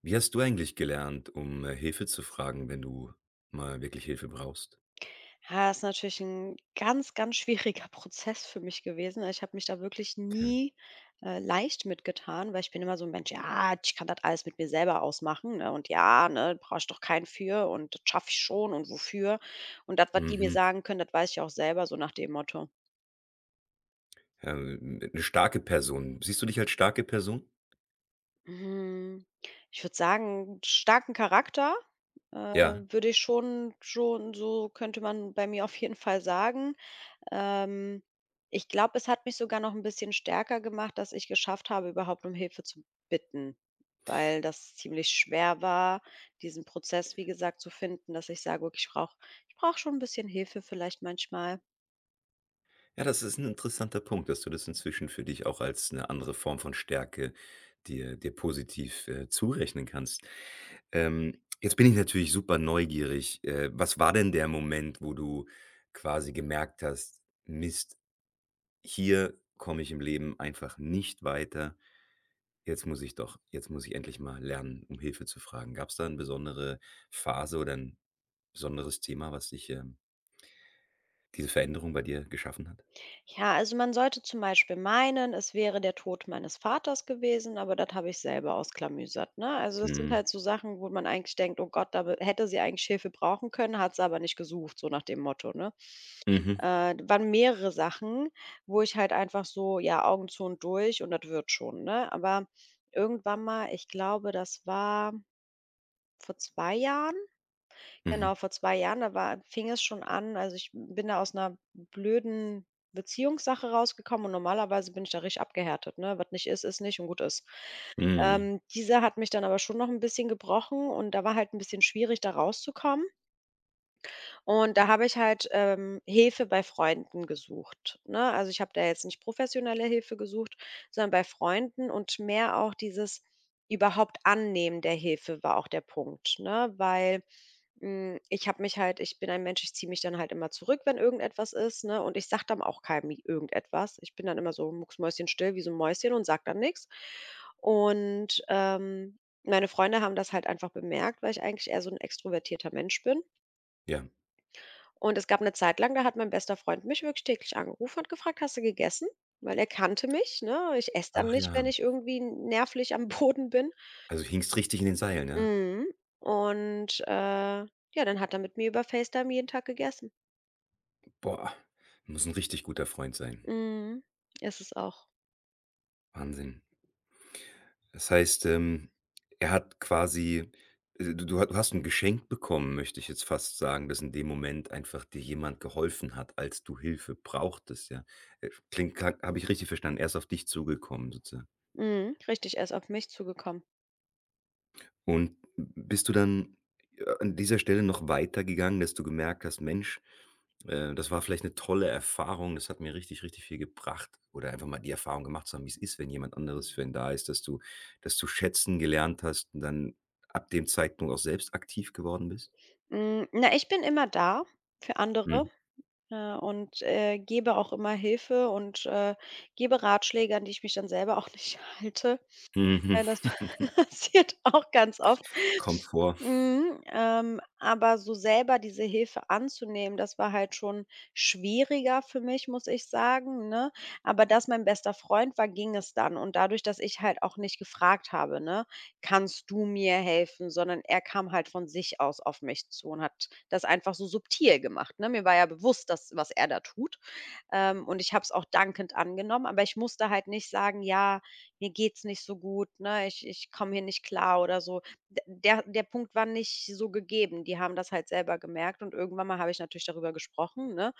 Wie hast du eigentlich gelernt, Hilfe zu fragen, wenn du mal wirklich Hilfe brauchst? Ja, ist natürlich ein ganz, ganz schwieriger Prozess für mich gewesen. Also, ich habe mich da wirklich Okay. nie, leicht mitgetan, weil ich bin immer so ein Mensch: „Ja, ich kann das alles mit mir selber ausmachen, ne, und ja, ne, brauche ich doch keinen für und das schaffe ich schon und wofür?" Und das, was die mir Mhm. sagen können, das weiß ich auch selber, so nach dem Motto. Ja, 'ne starke Person. Siehst du dich als starke Person? Hm, ich würde sagen, starken Charakter, Ja. würde ich schon so könnte man bei mir auf jeden Fall sagen. Ähm, Ich glaube, es hat mich sogar noch ein bisschen stärker gemacht, dass ich geschafft habe, überhaupt um Hilfe zu bitten, weil das ziemlich schwer war, diesen Prozess, wie gesagt, zu finden, dass ich sage: „Okay, ich brauche schon ein bisschen Hilfe vielleicht manchmal." Ja, das ist ein interessanter Punkt, dass du das inzwischen für dich auch als eine andere Form von Stärke dir positiv, zurechnen kannst. Jetzt bin ich natürlich super neugierig. Was war denn der Moment, wo du quasi gemerkt hast: „Mist, hier komme ich im Leben einfach nicht weiter. Jetzt muss ich endlich mal lernen, um Hilfe zu fragen.“ Gab es da eine besondere Phase oder ein besonderes Thema, was dich diese Veränderung bei dir geschaffen hat? Ja, also, man sollte zum Beispiel meinen, es wäre der Tod meines Vaters gewesen, aber das habe ich selber ausklamüsert, ne? Also, das sind Mhm. halt so Sachen, wo man eigentlich denkt: „Oh Gott, da be hätte sie eigentlich Hilfe brauchen können, hat sie aber nicht gesucht", so nach dem Motto, ne? Mhm. Waren mehrere Sachen, wo ich halt einfach so, ja, Augen zu und durch und das wird schon, ne? Aber irgendwann mal, ich glaube, das war vor 2 Jahren, genau, Mhm. vor 2 Jahren, da war fing es schon an. Also, ich bin da aus einer blöden Beziehungssache rausgekommen und normalerweise bin ich da richtig abgehärtet, ne? Was nicht ist, ist nicht und gut ist. Mhm. Diese hat mich dann aber schon noch ein bisschen gebrochen und da war halt ein bisschen schwierig, da rauszukommen. Und da habe ich halt, Hilfe bei Freunden gesucht, ne? Also, ich habe da jetzt nicht professionelle Hilfe gesucht, sondern bei Freunden, und mehr auch dieses überhaupt Annehmen der Hilfe war auch der Punkt, ne? Weil, ich habe mich halt ich bin ein Mensch, ich ziehe mich dann halt immer zurück, wenn irgendetwas ist, ne? Und ich sage dann auch keinem irgendetwas. Ich bin dann immer so mucksmäuschenstill wie so ein Mäuschen und sage dann nichts. Und, meine Freunde haben das halt einfach bemerkt, weil ich eigentlich eher so ein extrovertierter Mensch bin. Ja. Und es gab eine Zeit lang, da hat mein bester Freund mich wirklich täglich angerufen und gefragt: „Hast du gegessen?" Weil er kannte mich, ne? Ich esse dann Ach nicht, ja. wenn ich irgendwie nervlich am Boden bin. Also, hingst richtig in den Seilen, ja? Mhm. Und, ja, dann hat er mit mir über FaceTime jeden Tag gegessen. Boah, muss ein richtig guter Freund sein. Mhm. Ist es auch. Wahnsinn. Das heißt, er hat quasi du hast ein Geschenk bekommen, möchte ich jetzt fast sagen, dass in dem Moment einfach dir jemand geholfen hat, als du Hilfe brauchtest, ja. Klingt, habe ich richtig verstanden, er ist auf dich zugekommen sozusagen? Mhm. Richtig, er ist auf mich zugekommen. Und bist du dann, an dieser Stelle noch weitergegangen, dass du gemerkt hast: „Mensch, das war vielleicht eine tolle Erfahrung, das hat mir richtig, richtig viel gebracht“? Oder einfach mal die Erfahrung gemacht zu haben, wie es ist, wenn jemand anderes für einen da ist, dass du das zu schätzen gelernt hast und dann ab dem Zeitpunkt auch selbst aktiv geworden bist? Hm, na, ich bin immer da für andere, Mhm. Und, gebe auch immer Hilfe und, gebe Ratschläge, an die ich mich dann selber auch nicht halte. Mhm. Das passiert auch ganz oft. Kommt vor. Mhm, aber so selber diese Hilfe anzunehmen, das war halt schon schwieriger für mich, muss ich sagen, ne? Aber dass mein bester Freund war, ging es dann. Und dadurch, dass ich halt auch nicht gefragt habe, ne: „Kannst du mir helfen?", sondern er kam halt von sich aus auf mich zu und hat das einfach so subtil gemacht, ne? Mir war ja bewusst, dass was er da tut, und ich habe es auch dankend angenommen, aber ich musste halt nicht sagen: „Ja, mir geht's nicht so gut, ne? Ich komme hier nicht klar oder so." D Der Punkt war nicht so gegeben. Die haben das halt selber gemerkt und irgendwann mal habe ich natürlich darüber gesprochen, ne?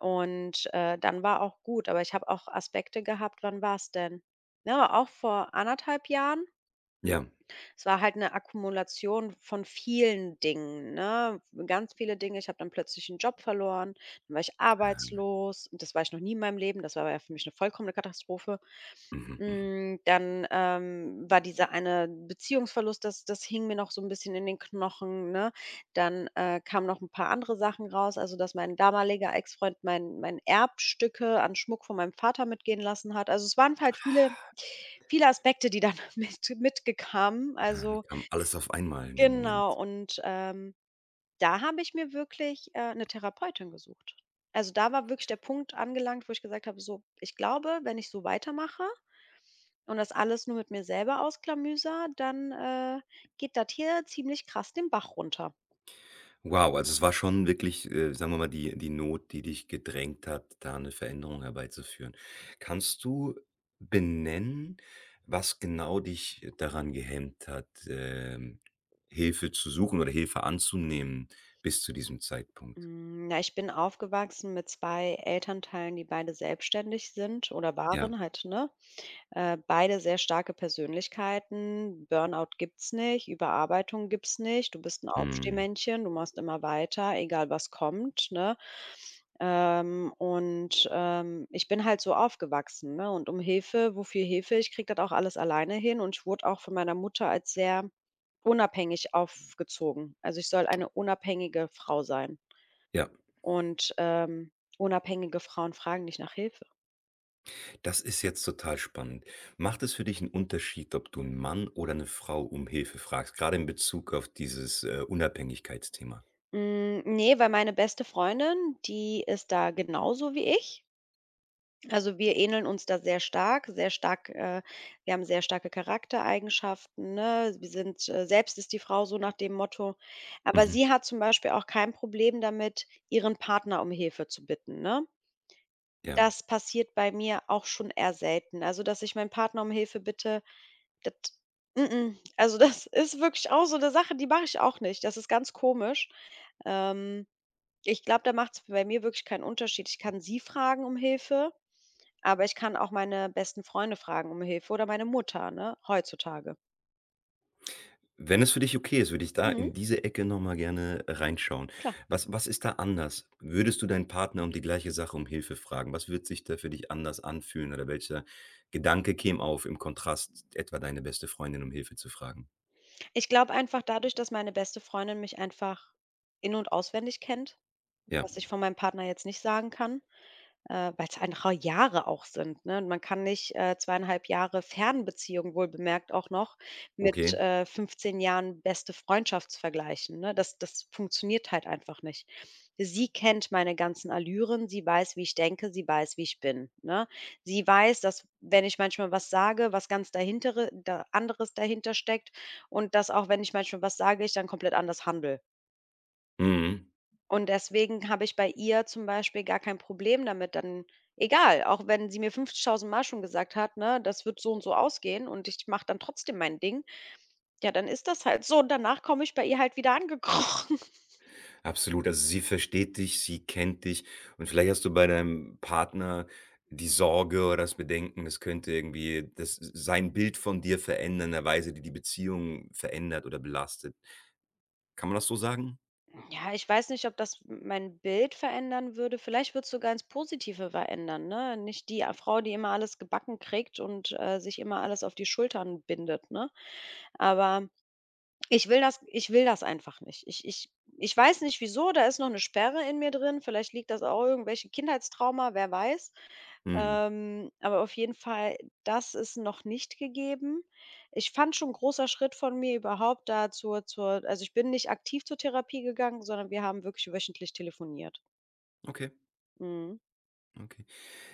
Und, dann war auch gut, aber ich habe auch Aspekte gehabt. Wann war's denn? Ne, auch vor anderthalb Jahren. Ja. Es war halt eine Akkumulation von vielen Dingen, ne? Ganz viele Dinge. Ich habe dann plötzlich 'n Job verloren, dann war ich Ähm. arbeitslos. Und das war ich noch nie in meinem Leben. Das war ja für mich eine vollkommene Katastrophe. Mhm, mhm. Hm, dann, war dieser eine Beziehungsverlust, das das hing mir noch so ein bisschen in den Knochen, ne? Dann, kamen noch ein paar andere Sachen raus, also, dass mein damaliger Ex-Freund mein Erbstücke an Schmuck von meinem Vater mitgehen lassen hat. Also, es waren halt viele viele Aspekte, die dann mitgekamen. Ja, dann Also kam alles auf einmal in dem Moment. genau, und, da habe ich mir wirklich, 'ne Therapeutin gesucht. Also, da war wirklich der Punkt angelangt, wo ich gesagt habe: „So, ich glaube, wenn ich so weitermache und das alles nur mit mir selber ausklamüser, dann, geht das hier ziemlich krass den Bach runter." Wow, also es war schon wirklich, sagen wir mal, die Not, die dich gedrängt hat, da eine Veränderung herbeizuführen. Kannst du benennen, was genau dich daran gehemmt hat, Hilfe zu suchen oder Hilfe anzunehmen bis zu diesem Zeitpunkt? Hm, na, ich bin aufgewachsen mit 2 Elternteilen, die beide selbstständig sind oder Ja, waren halt, ne? Beide sehr starke Persönlichkeiten. Burnout gibt's nicht, Überarbeitung gibt's nicht. Du bist 'n mhm. Aufstehmännchen, du machst immer weiter, egal was kommt, ne? Und, ich bin halt so aufgewachsen, ne, und um Hilfe, wofür Hilfe? Ich kriege das auch alles alleine hin und ich wurde auch von meiner Mutter als sehr unabhängig aufgezogen. Also, ich soll eine unabhängige Frau sein Ja, und, unabhängige Frauen fragen nicht nach Hilfe. das ist jetzt total spannend. Macht es für dich einen Unterschied, ob du einen Mann oder eine Frau um Hilfe fragst, gerade in Bezug auf dieses, Unabhängigkeitsthema? Hm, ne, weil meine beste Freundin, die ist da genauso wie ich. Also, wir ähneln uns da sehr stark, sehr stark, wir haben sehr starke Charaktereigenschaften, ne? Wir sind, „Selbst ist die Frau", so nach dem Motto. Aber Mhm, sie hat zum Beispiel auch kein Problem damit, ihren Partner um Hilfe zu bitten, ne? ja. Das passiert bei mir auch schon eher selten. Also, dass ich meinen Partner um Hilfe bitte, das m m. Also, das ist wirklich auch so eine Sache, die mache ich auch nicht. Das ist ganz komisch. Ähm Ich glaube, da macht es bei mir wirklich keinen Unterschied. Ich kann sie fragen um Hilfe, aber ich kann auch meine besten Freunde fragen um Hilfe oder meine Mutter, ne, heutzutage. Wenn es für dich okay ist, würde ich da Mhm, in diese Ecke noch mal gerne reinschauen. klar. Was ist da anders? Würdest du deinen Partner um die gleiche Sache um Hilfe fragen? Was wird sich da für dich anders anfühlen oder welcher Gedanke käme auf im Kontrast, etwa deine beste Freundin um Hilfe zu fragen? Ich glaube einfach dadurch, dass meine beste Freundin mich einfach in und auswendig kennt, Ja, was ich von meinem Partner jetzt nicht sagen kann. Weil's einfach Jahre auch sind, ne. Und man kann nicht, 2,5 Jahre Fernbeziehung, wohl bemerkt, auch noch mit, okay. 15 Jahren beste Freundschaft vergleichen, ne? Das das funktioniert halt einfach nicht. Sie kennt meine ganzen Allüren, sie weiß, wie ich denke, sie weiß, wie ich bin, ne? Sie weiß, dass, wenn ich manchmal was sage, was ganz dahintere da anderes dahinter steckt, und dass auch, wenn ich manchmal was sage, ich dann komplett anders handle. Mhm. Und deswegen habe ich bei ihr zum Beispiel gar kein Problem damit. Dann, egal, auch wenn sie mir 50.000 Mal schon gesagt hat, ne, das wird so und so ausgehen und ich mache dann trotzdem mein Ding. Ja, dann ist das halt so und danach komme ich bei ihr halt wieder angekrochen. Absolut. Also, sie versteht dich, sie kennt dich und vielleicht hast du bei deinem Partner die Sorge oder das Bedenken, das könnte irgendwie das sein Bild von dir verändern, in 'ner Weise, die die Beziehung verändert oder belastet. Kann man das so sagen? Ja, ich weiß nicht, ob das mein Bild verändern würde. Vielleicht würde es sogar ins Positive verändern, ne? Nicht die, Frau, die immer alles gebacken kriegt und, sich immer alles auf die Schultern bindet, ne? Aber ich will das einfach nicht. Ich weiß nicht wieso, da ist noch eine Sperre in mir drin. Vielleicht liegt das auch irgendwelche Kindheitstrauma, wer weiß. Mhm. Aber auf jeden Fall, das ist noch nicht gegeben. Ich fand schon ein großer Schritt von mir überhaupt da zur zur also, ich bin nicht aktiv zur Therapie gegangen, sondern wir haben wirklich wöchentlich telefoniert. Okay, Mhm. okay.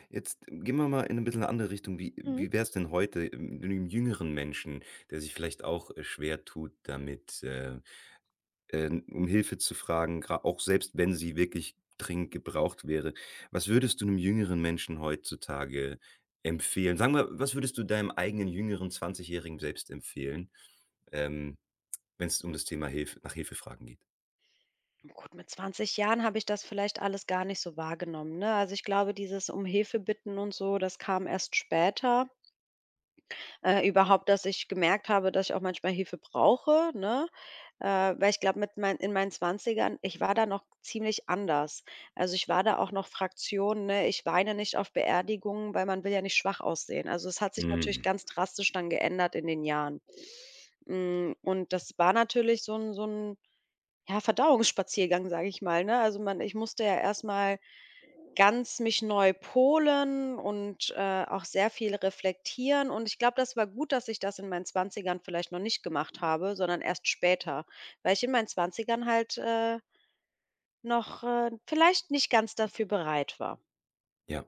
Jetzt gehen wir mal in 'ne bisschen eine andere Richtung. Wie Mhm. wie wär's denn heute mit 'nem jüngeren Menschen, der sich vielleicht auch, schwer tut damit, um Hilfe zu fragen, gra auch selbst wenn sie wirklich dringend gebraucht wäre. Was würdest du einem jüngeren Menschen heutzutage empfehlen? Sagen wir, was würdest du deinem eigenen jüngeren Zwanzigjährigen selbst empfehlen, ähm, wenn es um das Thema Hilfe nach Hilfe fragen geht? Gut, mit 20 Jahren habe ich das vielleicht alles gar nicht so wahrgenommen, ne? Also, ich glaube, dieses um Hilfe bitten und so, das kam erst später. Überhaupt, dass ich gemerkt habe, dass ich auch manchmal Hilfe brauche, ne? Äh, Weil ich glaube, mit mein in meinen Zwanzigern, ich war da noch ziemlich anders. Also, ich war da auch noch Fraktion, ne, ich weine nicht auf Beerdigungen, weil man will ja nicht schwach aussehen. Also, es hat sich natürlich Mhm. ganz drastisch dann geändert in den Jahren. Hm, und das war natürlich so ein ja, Verdauungsspaziergang, sage ich mal, ne? Also, man ich musste ja erstmal ganz mich neu polen und, auch sehr viel reflektieren. Und ich glaube, das war gut, dass ich das in meinen Zwanzigern vielleicht noch nicht gemacht habe, sondern erst später, weil ich in meinen Zwanzigern halt, noch, vielleicht nicht ganz dafür bereit war. Ja,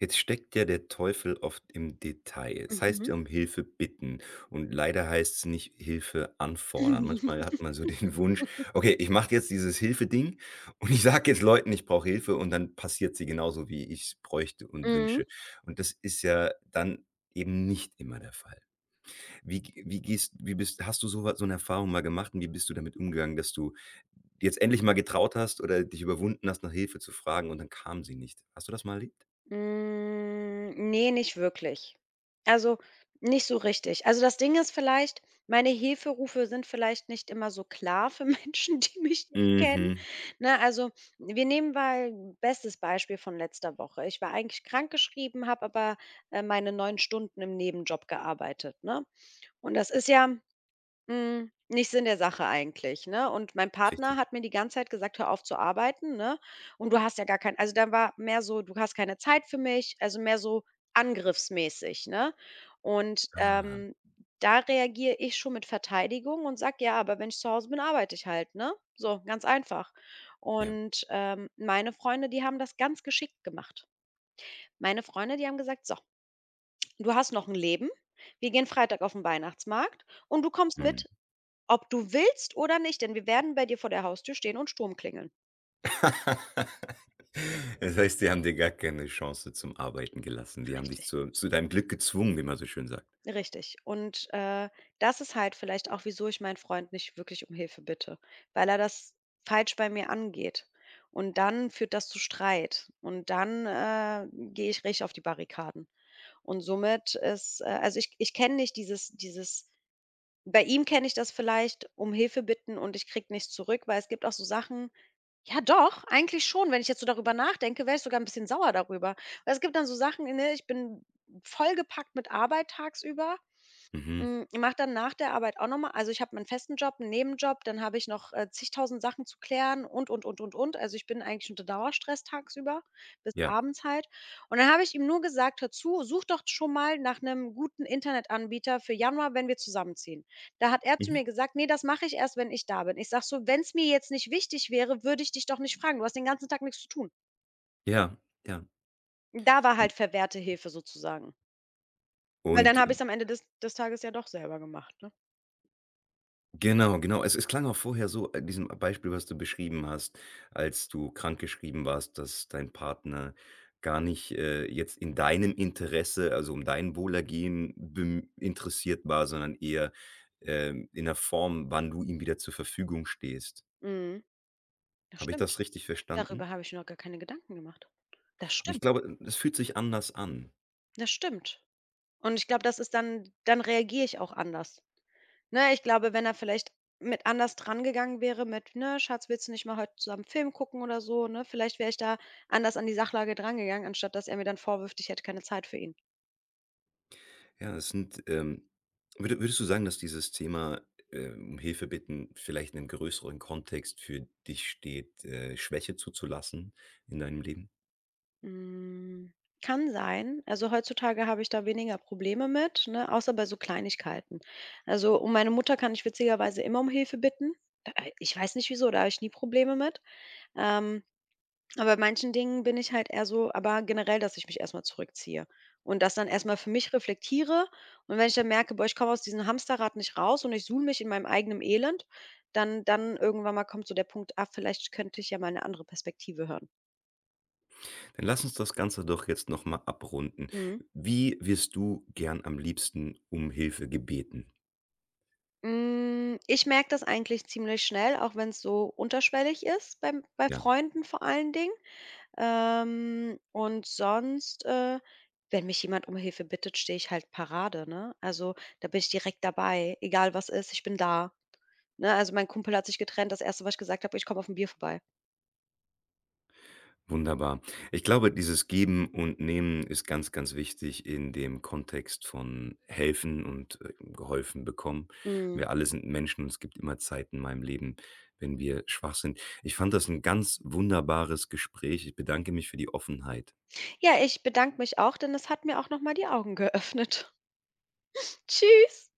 jetzt steckt ja der Teufel oft im Detail. Es heißt Mhm. ja um Hilfe bitten und leider heißt es nicht Hilfe anfordern. Manchmal hat man so den Wunsch: „Okay, ich mache jetzt dieses Hilfe-Ding und ich sage jetzt Leuten, ich brauche Hilfe“ und dann passiert sie genauso, wie ich's bräuchte und Mhm. wünsche. Und das ist ja dann eben nicht immer der Fall. Wie g wie gehst wie bist hast du so wa so eine Erfahrung mal gemacht und wie bist du damit umgegangen, dass du jetzt endlich mal getraut hast oder dich überwunden hast, nach Hilfe zu fragen und dann kam sie nicht? Hast du das mal erlebt? Hm, ne, nicht wirklich. Also, nicht so richtig. Also, das Ding ist vielleicht, meine Hilferufe sind vielleicht nicht immer so klar für Menschen, die mich nicht kennen, Mhm, ne? Also, wir nehmen mal bestes Beispiel von letzter Woche. Ich war eigentlich krankgeschrieben, habe aber, meine 9 Stunden im Nebenjob gearbeitet, ne? Und das ist ja nicht Sinn der Sache eigentlich, ne? Und mein Partner richtig. hat mir die ganze Zeit gesagt: „Hör auf zu arbeiten, ne? Und du hast ja gar kein." Also, dann war mehr so: „Du hast keine Zeit für mich", also, mehr so angriffsmäßig, ne? Und, Ah, da reagiere ich schon mit Verteidigung und sage: „Ja, aber wenn ich zu Hause bin, arbeite ich halt, ne?“ So, ganz einfach. ja. Und, meine Freunde, die haben das ganz geschickt gemacht. Meine Freunde, die haben gesagt: „So, du hast noch ein Leben. Wir gehen Freitag auf den Weihnachtsmarkt und du kommst Mhm. mit, ob du willst oder nicht, denn wir werden bei dir vor der Haustür stehen und Sturm klingeln. Das heißt, die haben dir gar keine Chance zum Arbeiten gelassen. Die haben dich Richtig. Zu deinem Glück gezwungen, wie man so schön sagt. Richtig. Und, das ist halt vielleicht auch, wieso ich meinen Freund nicht wirklich um Hilfe bitte, weil er das falsch bei mir angeht. Und dann führt das zu Streit und dann, gehe ich richtig auf die Barrikaden. Und somit ist also ich kenne nicht dieses bei ihm kenne ich das vielleicht, um Hilfe bitten und ich krieg nichts zurück, weil es gibt auch so Sachen. Ja doch, eigentlich schon. Wenn ich jetzt so darüber nachdenke, wäre ich sogar ein bisschen sauer darüber. Weil es gibt dann so Sachen, ne, ich bin vollgepackt mit Arbeit tagsüber. Mhm. Ich mache dann nach der Arbeit auch noch mal, also, ich habe meinen festen Job, 'n Nebenjob, dann habe ich noch, zigtausend Sachen zu klären und, und. Also, ich bin eigentlich unter Dauerstress tagsüber bis Ja. abends halt. Und dann habe ich ihm nur gesagt: „Hör zu, such doch schon mal nach einem guten Internetanbieter für Januar, wenn wir zusammenziehen.“ Da hat er zu Mhm. mir gesagt: nee, das mache ich erst, wenn ich da bin.“ Ich sage so: wenn es mir jetzt nicht wichtig wäre, würde ich dich doch nicht fragen. Du hast den ganzen Tag nichts zu tun.“ Ja, ja. Da war halt verwehrte Hilfe sozusagen, weil dann Und habe ich's am Ende des Tages ja doch selber gemacht, ne? genau, genau. Es klang auch vorher so in diesem Beispiel, was du beschrieben hast, als du krankgeschrieben warst, dass dein Partner gar nicht, jetzt in deinem Interesse, also um dein Wohlergehen bem interessiert war, sondern eher, in der Form, wann du ihm wieder zur Verfügung stehst. Mhm, das Habe ich das stimmt. richtig verstanden? Darüber habe ich mir noch gar keine Gedanken gemacht. Das Und ich stimmt, glaube, es fühlt sich anders an. das stimmt. Und ich glaube, das ist dann reagiere ich auch anders. Ne, ich glaube, wenn er vielleicht mit anders drangegangen wäre mit: „Ne, Schatz, willst du nicht mal heute zusammen Film gucken oder so“, ne? Vielleicht wäre ich da anders an die Sachlage drangegangen, anstatt dass er mir dann vorwirft, ich hätte keine Zeit für ihn. Ja, es sind, würde würdest du sagen, dass dieses Thema, um Hilfe bitten vielleicht in 'nem größeren Kontext für dich steht, Schwäche zuzulassen in deinem Leben? Hm, kann sein. Also, heutzutage habe ich da weniger Probleme mit, ne, außer bei so Kleinigkeiten. Also, um meine Mutter kann ich witzigerweise immer um Hilfe bitten. Da ich weiß nicht wieso, da habe ich nie Probleme mit. Ähm Aber bei manchen Dingen bin ich halt eher so, aber generell, dass ich mich erstmal zurückziehe und das dann erstmal für mich reflektiere. Und wenn ich dann merke: „Boah, ich komme aus diesem Hamsterrad nicht raus und ich suhl mich in meinem eigenen Elend“, dann irgendwann mal kommt so der Punkt: „Ah, vielleicht könnte ich ja mal eine andere Perspektive hören.“ Dann lass uns das Ganze doch jetzt noch mal abrunden. Mhm. Wie wirst du gern am liebsten um Hilfe gebeten? Hm, ich merke das eigentlich ziemlich schnell, auch wenn es so unterschwellig ist bei Ja. Freunden vor allen Dingen. Und sonst, wenn mich jemand um Hilfe bittet, stehe ich halt Parade, ne? Also, da bin ich direkt dabei, egal was ist, ich bin da. Ne, also mein Kumpel hat sich getrennt. Das erste, was ich gesagt habe: „Ich komme auf ein Bier vorbei.“ Wunderbar. Ich glaube, dieses Geben und Nehmen ist ganz, ganz wichtig in dem Kontext von helfen und, geholfen bekommen. Mhm. Wir alle sind Menschen und es gibt immer Zeiten in meinem Leben, wenn wir schwach sind. Ich fand das ein ganz wunderbares Gespräch. Ich bedanke mich für die Offenheit. Ja, ich bedanke mich auch, denn es hat mir auch noch mal die Augen geöffnet. Tschüss.